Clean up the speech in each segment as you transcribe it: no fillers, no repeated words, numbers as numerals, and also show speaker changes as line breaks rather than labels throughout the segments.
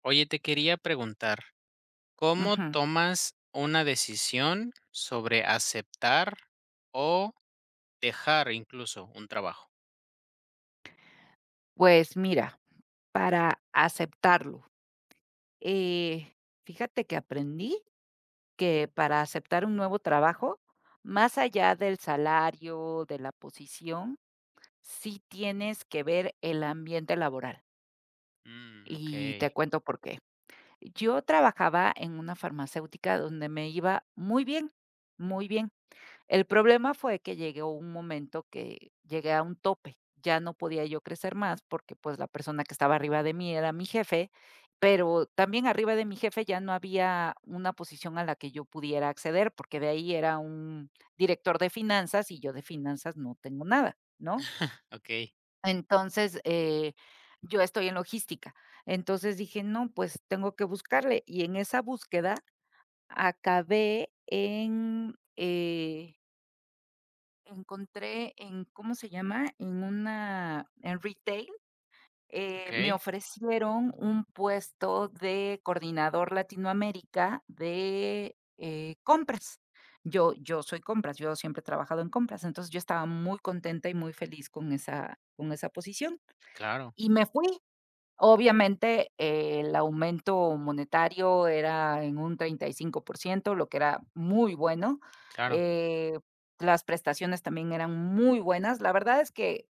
Oye, te quería preguntar, ¿cómo
Ujú.
tomas una decisión sobre aceptar o dejar incluso un trabajo?
Pues mira, para aceptarlo, eh, fíjate que aprendí que para aceptar un nuevo trabajo, más allá del salario, de la posición, sí tienes que ver el ambiente laboral.
Mm,
Y te
okey,
cuento por qué. Yo trabajaba en una farmacéutica donde me iba muy bien, muy bien. El problema fue que llegó un momento que llegué a un tope, ya no podía yo crecer más porque, pues, la persona que estaba arriba de mí era mi jefe, pero también arriba de mi jefe ya no había una posición a la que yo pudiera acceder, porque de ahí era un director de finanzas y yo de finanzas no tengo nada, ¿no?
okey,
Entonces, yo estoy en logística. Entonces dije: "No, pues tengo que buscarle", y en esa búsqueda acabé en, eh encontré en, ¿cómo se llama? En una en retail, me
okey.
ofrecieron un puesto de coordinador Latinoamérica de, compras. Yo soy compras, yo siempre he trabajado en compras, entonces yo estaba muy contenta y muy feliz con esa posición,
Claro,
y me fui. Obviamente, el aumento monetario era en un 35%, lo que era muy bueno.
claro.
Eh, las prestaciones también eran muy buenas. La verdad es que,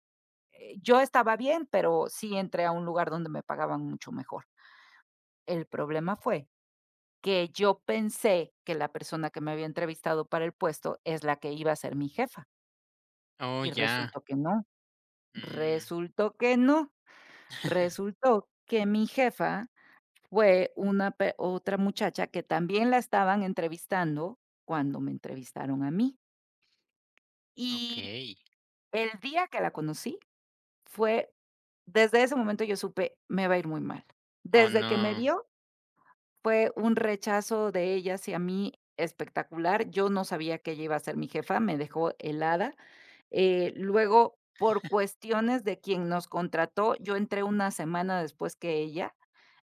yo estaba bien, pero sí entré a un lugar donde me pagaban mucho mejor. El problema fue que yo pensé que la persona que me había entrevistado para el puesto es la que iba a ser mi jefa,
Oh,
y
ya.
resultó que no,
Mm.
resultó que no, resultó que mi jefa fue una pe otra muchacha que también la estaban entrevistando cuando me entrevistaron a mí. Y
Okey.
el día que la conocí fue desde ese momento yo supe, me va a ir muy mal.
Oh,
Desde que me
no.
vio fue un rechazo de ella hacia mí espectacular. Yo no sabía que ella iba a ser mi jefa, me dejó helada. Luego, por cuestiones de quien nos contrató, yo entré una semana después que ella.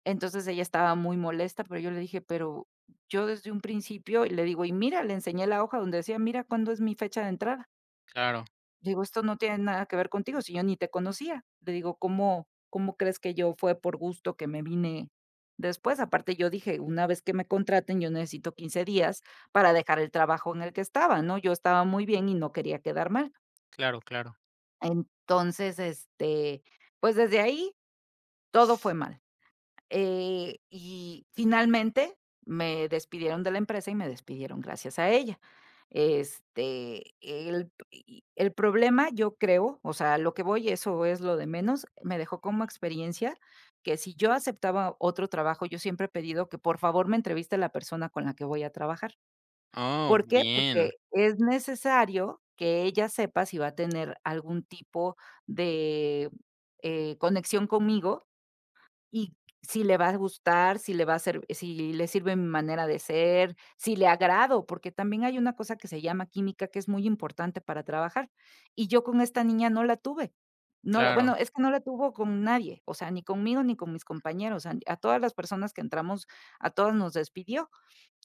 Entonces ella estaba muy molesta, pero yo le dije, pero yo desde un principio, y le digo, y mira, le enseñé la hoja donde decía, mira cuándo es mi fecha de entrada.
Claro,
Digo, esto no tiene nada que ver contigo, si yo ni te conocía. Le digo, ¿cómo, cómo crees que yo fue por gusto que me vine después? Aparte, yo dije, una vez que me contraten, yo necesito 15 días para dejar el trabajo en el que estaba, ¿no? Yo estaba muy bien y no quería quedar mal.
claro, claro.
Entonces, este, pues desde ahí todo fue mal. Y finalmente me despidieron de la empresa y me despidieron gracias a ella. Este, el problema, yo creo, o sea, lo que voy, eso es lo de menos, me dejó como experiencia que si yo aceptaba otro trabajo, yo siempre he pedido que por favor me entreviste la persona con la que voy a trabajar.
Oh,
¿Por qué?
bien.
Porque es necesario que ella sepa si va a tener algún tipo de, conexión conmigo y si le va a gustar, si le va a ser si le sirve mi manera de ser, si le agrado, porque también hay una cosa que se llama química, que es muy importante para trabajar. Y yo con esta niña no la tuve. No la
Claro,
bueno, es que no la tuvo con nadie, o sea, ni conmigo ni con mis compañeros, a todas las personas que entramos, a todas nos despidió.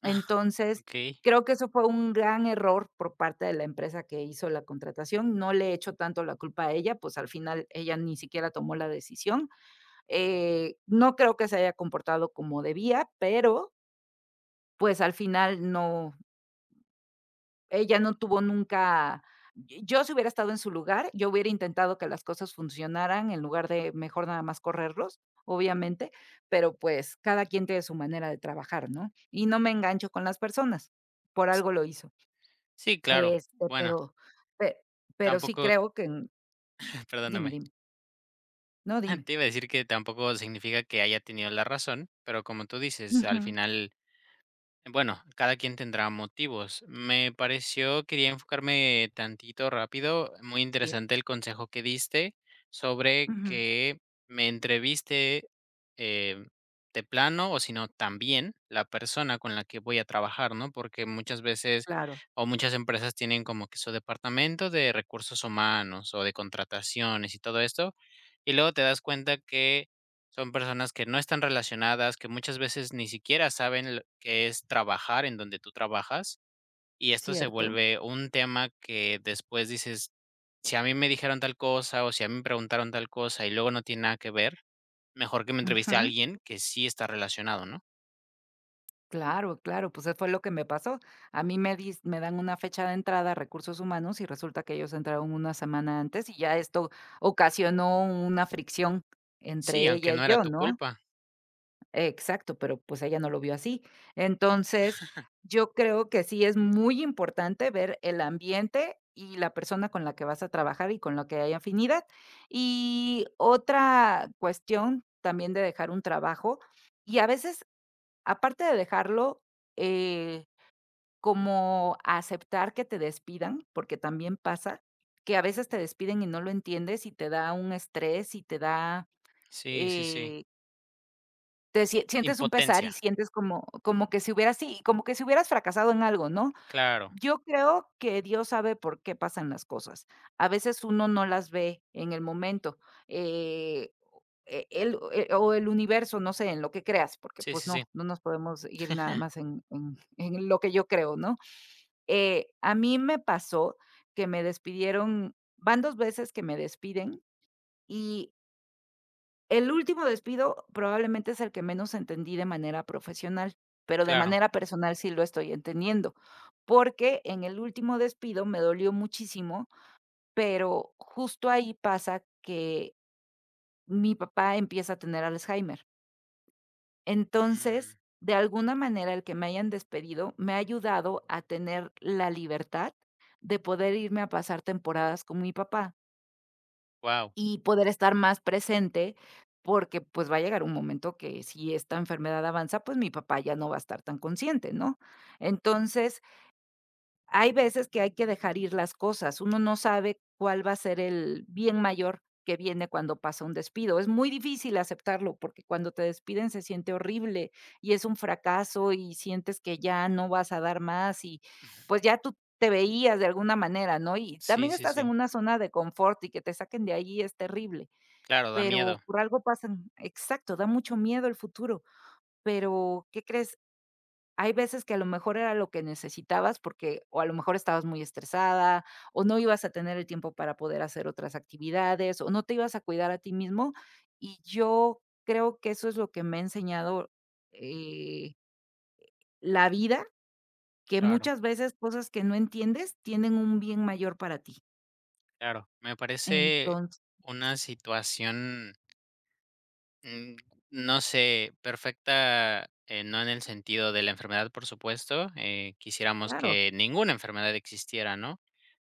Entonces,
okey.
creo que eso fue un gran error por parte de la empresa que hizo la contratación. No le echo tanto la culpa a ella, pues, al final ella ni siquiera tomó la decisión. No creo que se haya comportado como debía, pero, pues, al final no, ella no tuvo nunca yo si hubiera estado en su lugar, yo hubiera intentado que las cosas funcionaran en lugar de mejor nada más correrlos, obviamente, pero, pues, cada quien tiene su manera de trabajar, ¿no? Y no me engancho con las personas, por algo lo hizo.
Sí, claro.
Este,
Bueno,
pe pero sí
tampoco
creo que en dime,
perdóname.
dime. No, dime.
Te iba a decir que tampoco significa que haya tenido la razón, pero como tú dices, al
Ujú.
final bueno, cada quien tendrá motivos. Me pareció, quería enfocarme tantito rápido, muy
Sí.
interesante el consejo que diste sobre
Ujú.
que me entreviste eh, de plano o si no también la persona con la que voy a trabajar, ¿no? Porque muchas veces
Claro.
o muchas empresas tienen como que su departamento de recursos humanos o de contrataciones y todo esto, y luego te das cuenta que son personas que no están relacionadas, que muchas veces ni siquiera saben lo qué es trabajar en donde tú trabajas, y esto se
Cierto.
vuelve un tema que después dices: "Si a mí me dijeron tal cosa, o si a mí me preguntaron tal cosa, y luego no tiene nada que ver, mejor que me entreviste a
Ujú.
alguien que sí está relacionado", ¿no?
Claro, claro, pues, eso fue lo que me pasó. A mí me dis me dan una fecha de entrada a recursos humanos y resulta que ellos entraron una semana antes y ya esto ocasionó una fricción
Sí,
entre
aunque
ella y
no era
yo,
tu
¿no?
culpa.
Exacto, pero, pues, ella no lo vio así. Entonces, yo creo que sí es muy importante ver el ambiente y la persona con la que vas a trabajar y con la que hay afinidad. Y otra cuestión también de dejar un trabajo, y a veces aparte de dejarlo, eh, como aceptar que te despidan, porque también pasa que a veces te despiden y no lo entiendes y te da un estrés y te da,
Sí, sí, sí.
eh, te sientes un pesar
Impotencia,
y sientes como que si hubieras sí, como que si hubieras fracasado en algo, ¿no?
claro.
Yo creo que Dios sabe por qué pasan las cosas. A veces uno no las ve en el momento. Eh, e el e o el universo, no sé, en lo que creas, porque,
Sí,
pues,
sí, sí.
no, no nos podemos ir nada más en en lo que yo creo, ¿no? A mí me pasó que me despidieron van 2 veces que me despiden, y el último despido probablemente es el que menos entendí de manera profesional, pero de
Claro.
manera personal sí lo estoy entendiendo, porque en el último despido me dolió muchísimo, pero justo ahí pasa que mi papá empieza a tener Alzheimer.
Wow.
Entonces, de alguna manera, el que me hayan despedido me ha ayudado a tener la libertad de poder irme a pasar temporadas con mi papá y poder estar más presente, porque pues va a llegar un momento que si esta enfermedad avanza, pues mi papá ya no va a estar tan consciente, ¿no? Entonces, hay veces que hay que dejar ir las cosas. Uno no sabe cuál va a ser el bien mayor que viene cuando pasa un despido. Es muy difícil aceptarlo porque cuando te despiden se siente horrible y es un fracaso y sientes que ya no vas a dar más y pues ya tú te veías de alguna manera, ¿no? Y
Sí,
también
sí,
estás en
sí.
una zona de confort y que te saquen de ahí es terrible,
Claro, da
pero
miedo,
por algo pasan, exacto, da mucho miedo el futuro, pero ¿qué crees? Hay veces que a lo mejor era lo que necesitabas porque o a lo mejor estabas muy estresada, o no ibas a tener el tiempo para poder hacer otras actividades, o no te ibas a cuidar a ti mismo. Y yo creo que eso es lo que me ha enseñado, eh, la vida, que
claro.
muchas veces cosas que no entiendes tienen un bien mayor para ti.
Claro, me parece
Entonces
una situación, mm, no sé, perfecta, no en el sentido de la enfermedad, por supuesto. Quisiéramos
claro.
que ninguna enfermedad existiera, ¿no?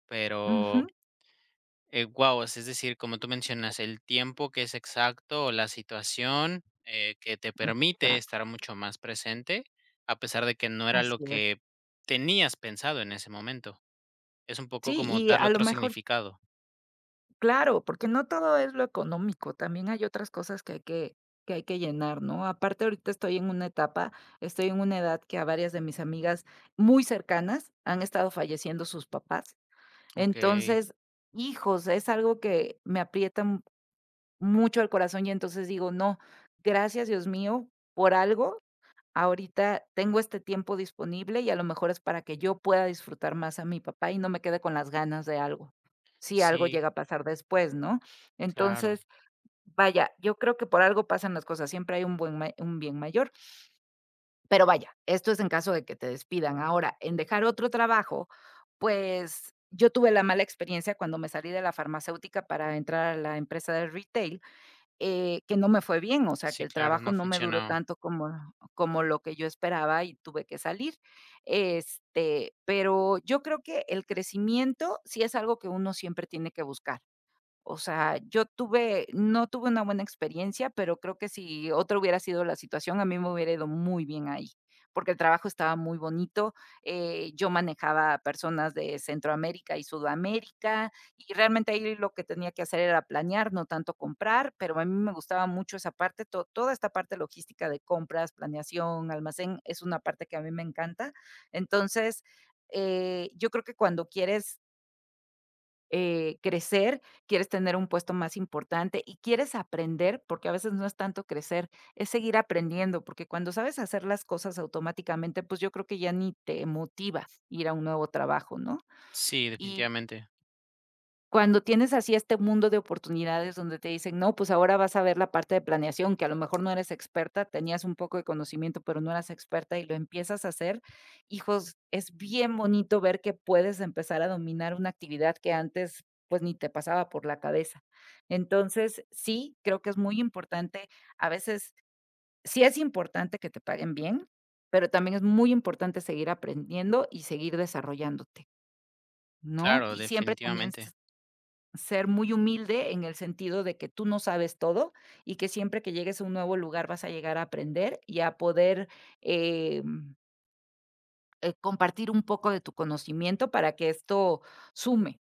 Pero,
Ujú.
wow, es decir, como tú mencionas, el tiempo que es exacto o la situación que te permite
Exacto.
estar mucho más presente, a pesar de que no era lo
Así es.
que tenías pensado en ese momento. Es un poco
Sí,
como
y
darle
a lo
otro
mejor
significado.
claro, porque no todo es lo económico, también hay otras cosas que hay que hay que llenar, ¿no? Aparte, ahorita estoy en una etapa, estoy en una edad que a varias de mis amigas muy cercanas han estado falleciendo sus papás.
Ok,
Entonces, hijos, es algo que me aprieta mucho el corazón y entonces digo, no, gracias Dios mío por algo ahorita tengo este tiempo disponible y a lo mejor es para que yo pueda disfrutar más a mi papá y no me quede con las ganas de algo, si algo
sí,
llega a pasar después, ¿no?
claro.
Entonces, vaya, yo creo que por algo pasan las cosas, siempre hay un un bien mayor, pero vaya, esto es en caso de que te despidan. Ahora, en dejar otro trabajo, pues yo tuve la mala experiencia cuando me salí de la farmacéutica para entrar a la empresa de retail que no me fue bien, o sea, que
Sí,
el
claro,
trabajo
no
no me duró
funcionó.
tanto como como lo que yo esperaba y tuve que salir. Este, pero yo creo que el crecimiento sí es algo que uno siempre tiene que buscar. O sea, yo tuve no tuve una buena experiencia, pero creo que si otra hubiera sido la situación, a mí me hubiera ido muy bien ahí, porque el trabajo estaba muy bonito, yo manejaba a personas de Centroamérica y Sudamérica, y realmente ahí lo que tenía que hacer era planear, no tanto comprar, pero a mí me gustaba mucho esa parte, to toda esta parte logística de compras, planeación, almacén, es una parte que a mí me encanta. Entonces, yo creo que cuando quieres crecer, quieres tener un puesto más importante y quieres aprender, porque a veces no es tanto crecer, es seguir aprendiendo, porque cuando sabes hacer las cosas automáticamente, pues yo creo que ya ni te motiva ir a un nuevo trabajo, ¿no?
Sí, definitivamente.
Cuando tienes así este mundo de oportunidades donde te dicen: "No, pues ahora vas a ver la parte de planeación", que a lo mejor no eres experta, tenías un poco de conocimiento, pero no eras experta y lo empiezas a hacer, hijos, es bien bonito ver que puedes empezar a dominar una actividad que antes, pues, ni te pasaba por la cabeza. Entonces, sí, creo que es muy importante, a veces sí es importante que te paguen bien, pero también es muy importante seguir aprendiendo y seguir desarrollándote, ¿no?
Claro,
Y siempre también
definitivamente.
ser muy humilde en el sentido de que tú no sabes todo y que siempre que llegues a un nuevo lugar vas a llegar a aprender y a poder, em, compartir un poco de tu conocimiento para que esto sume,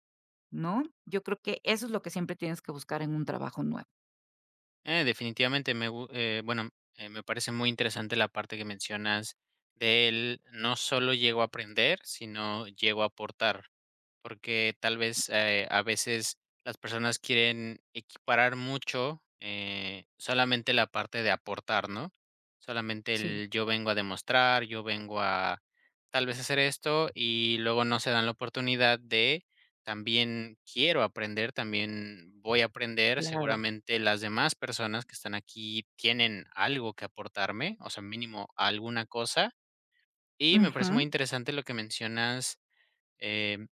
¿no? Yo creo que eso es lo que siempre tienes que buscar en un trabajo nuevo.
Definitivamente me, bueno, me parece muy interesante la parte que mencionas de él. No solo llego a aprender, sino llego a aportar. Porque tal vez, a veces las personas quieren equiparar mucho, solamente la parte de aportar, ¿no? Solamente
Sí,
el yo vengo a demostrar, yo vengo a tal vez hacer esto y luego no se dan la oportunidad de también quiero aprender, también voy a aprender,
claro.
seguramente las demás personas que están aquí tienen algo que aportarme, o sea, mínimo alguna cosa. Y me parece muy
Ujú,
interesante lo que mencionas, em,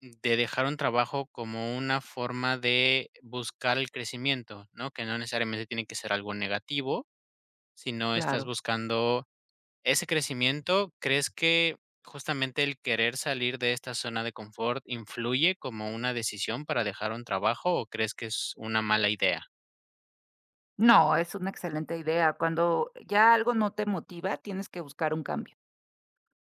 de dejar un trabajo como una forma de buscar el crecimiento, ¿no? Que no necesariamente tiene que ser algo negativo, sino estás
claro.
buscando ese crecimiento. ¿Crees que justamente el querer salir de esta zona de confort influye como una decisión para dejar un trabajo o crees que es una mala idea?
No, es una excelente idea. Cuando ya algo no te motiva, tienes que buscar un cambio.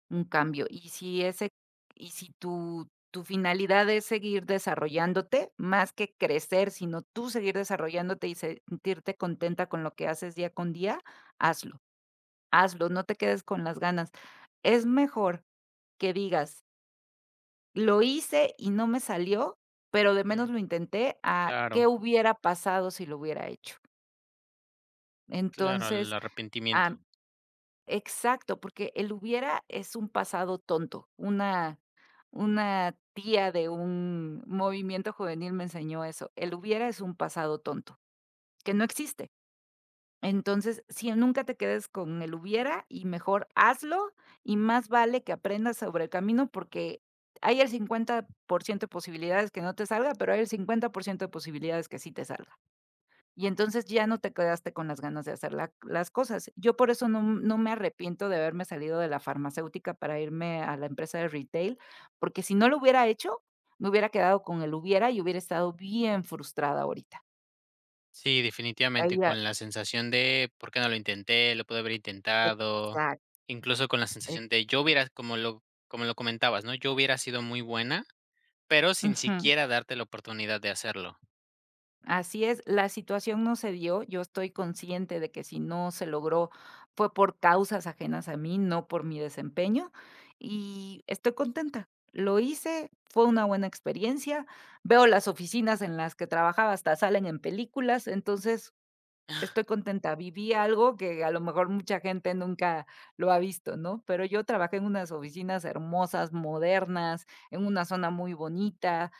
Un cambio. Y si tu finalidad es seguir desarrollándote, más que crecer, sino tú seguir desarrollándote y sentirte contenta con lo que haces día con día, hazlo, hazlo, no te quedes con las ganas. Es mejor que digas: "Lo hice y no me salió, pero de menos
Mm,
lo intenté", a: "¿Qué
claro,
hubiera pasado si lo hubiera hecho?".
claro, el
Entonces,
arrepentimiento.
exacto, porque el hubiera es un pasado tonto. Una tía de un movimiento juvenil me enseñó eso. El hubiera es un pasado tonto, que no existe. Entonces, si nunca te quedes con el hubiera y mejor hazlo, y más vale que aprendas sobre el camino, porque hay el 50% de posibilidades que no te salga, pero hay el 50% de posibilidades que sí te salga. Y entonces ya no te quedaste con las ganas de hacer la las cosas. Yo por eso no me arrepiento de haberme salido de la farmacéutica para irme a la empresa de retail, porque si no lo hubiera hecho, me hubiera quedado con el hubiera y hubiera estado bien frustrada ahorita.
Sí,
Ahí
definitivamente,
ya
con la sensación de: "¿Por qué no lo intenté? Lo pude haber intentado".
exacto,
Incluso con la
exacto.
sensación de: "Yo hubiera", como lo comentabas, ¿no? "Yo hubiera sido muy buena", pero sin
Ujú.
siquiera darte la oportunidad de hacerlo.
Así es, la situación no se dio, yo estoy consciente de que si no se logró fue por causas ajenas a mí, no por mi desempeño, y estoy contenta. Lo hice, fue una buena experiencia, veo las oficinas en las que trabajaba, hasta salen en películas, entonces estoy contenta. Viví algo que a lo mejor mucha gente nunca lo ha visto, ¿no? Pero yo trabajé en unas oficinas hermosas, modernas, en una zona muy bonita,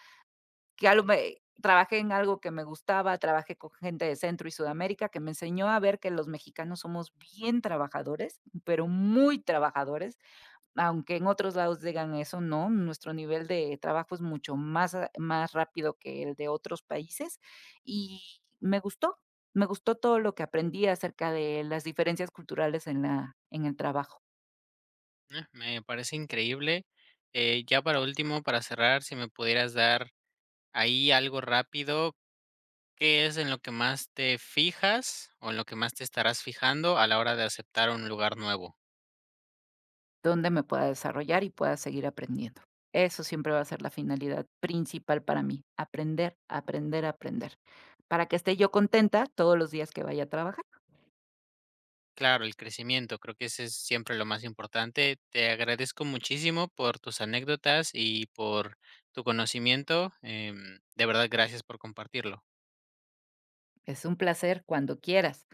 que algo me trabajé en algo que me gustaba, trabajé con gente de Centro y Sudamérica, que me enseñó a ver que los mexicanos somos bien trabajadores, pero muy trabajadores, aunque en otros lados digan eso, no, nuestro nivel de trabajo es mucho más, más rápido que el de otros países, y me gustó todo lo que aprendí acerca de las diferencias culturales en el trabajo.
Ah, me parece increíble. Ya para último, para cerrar, si me pudieras dar ahí algo rápido, ¿qué es en lo que más te fijas o en lo que más te estarás fijando a la hora de aceptar un lugar nuevo?
Donde me pueda desarrollar y pueda seguir aprendiendo. Eso siempre va a ser la finalidad principal para mí, aprender, aprender, aprender, para que esté yo contenta todos los días que vaya a trabajar.
Claro, el crecimiento, creo que ese es siempre lo más importante. Te agradezco muchísimo por tus anécdotas y por tu conocimiento. De verdad, gracias por compartirlo.
Es un placer cuando quieras.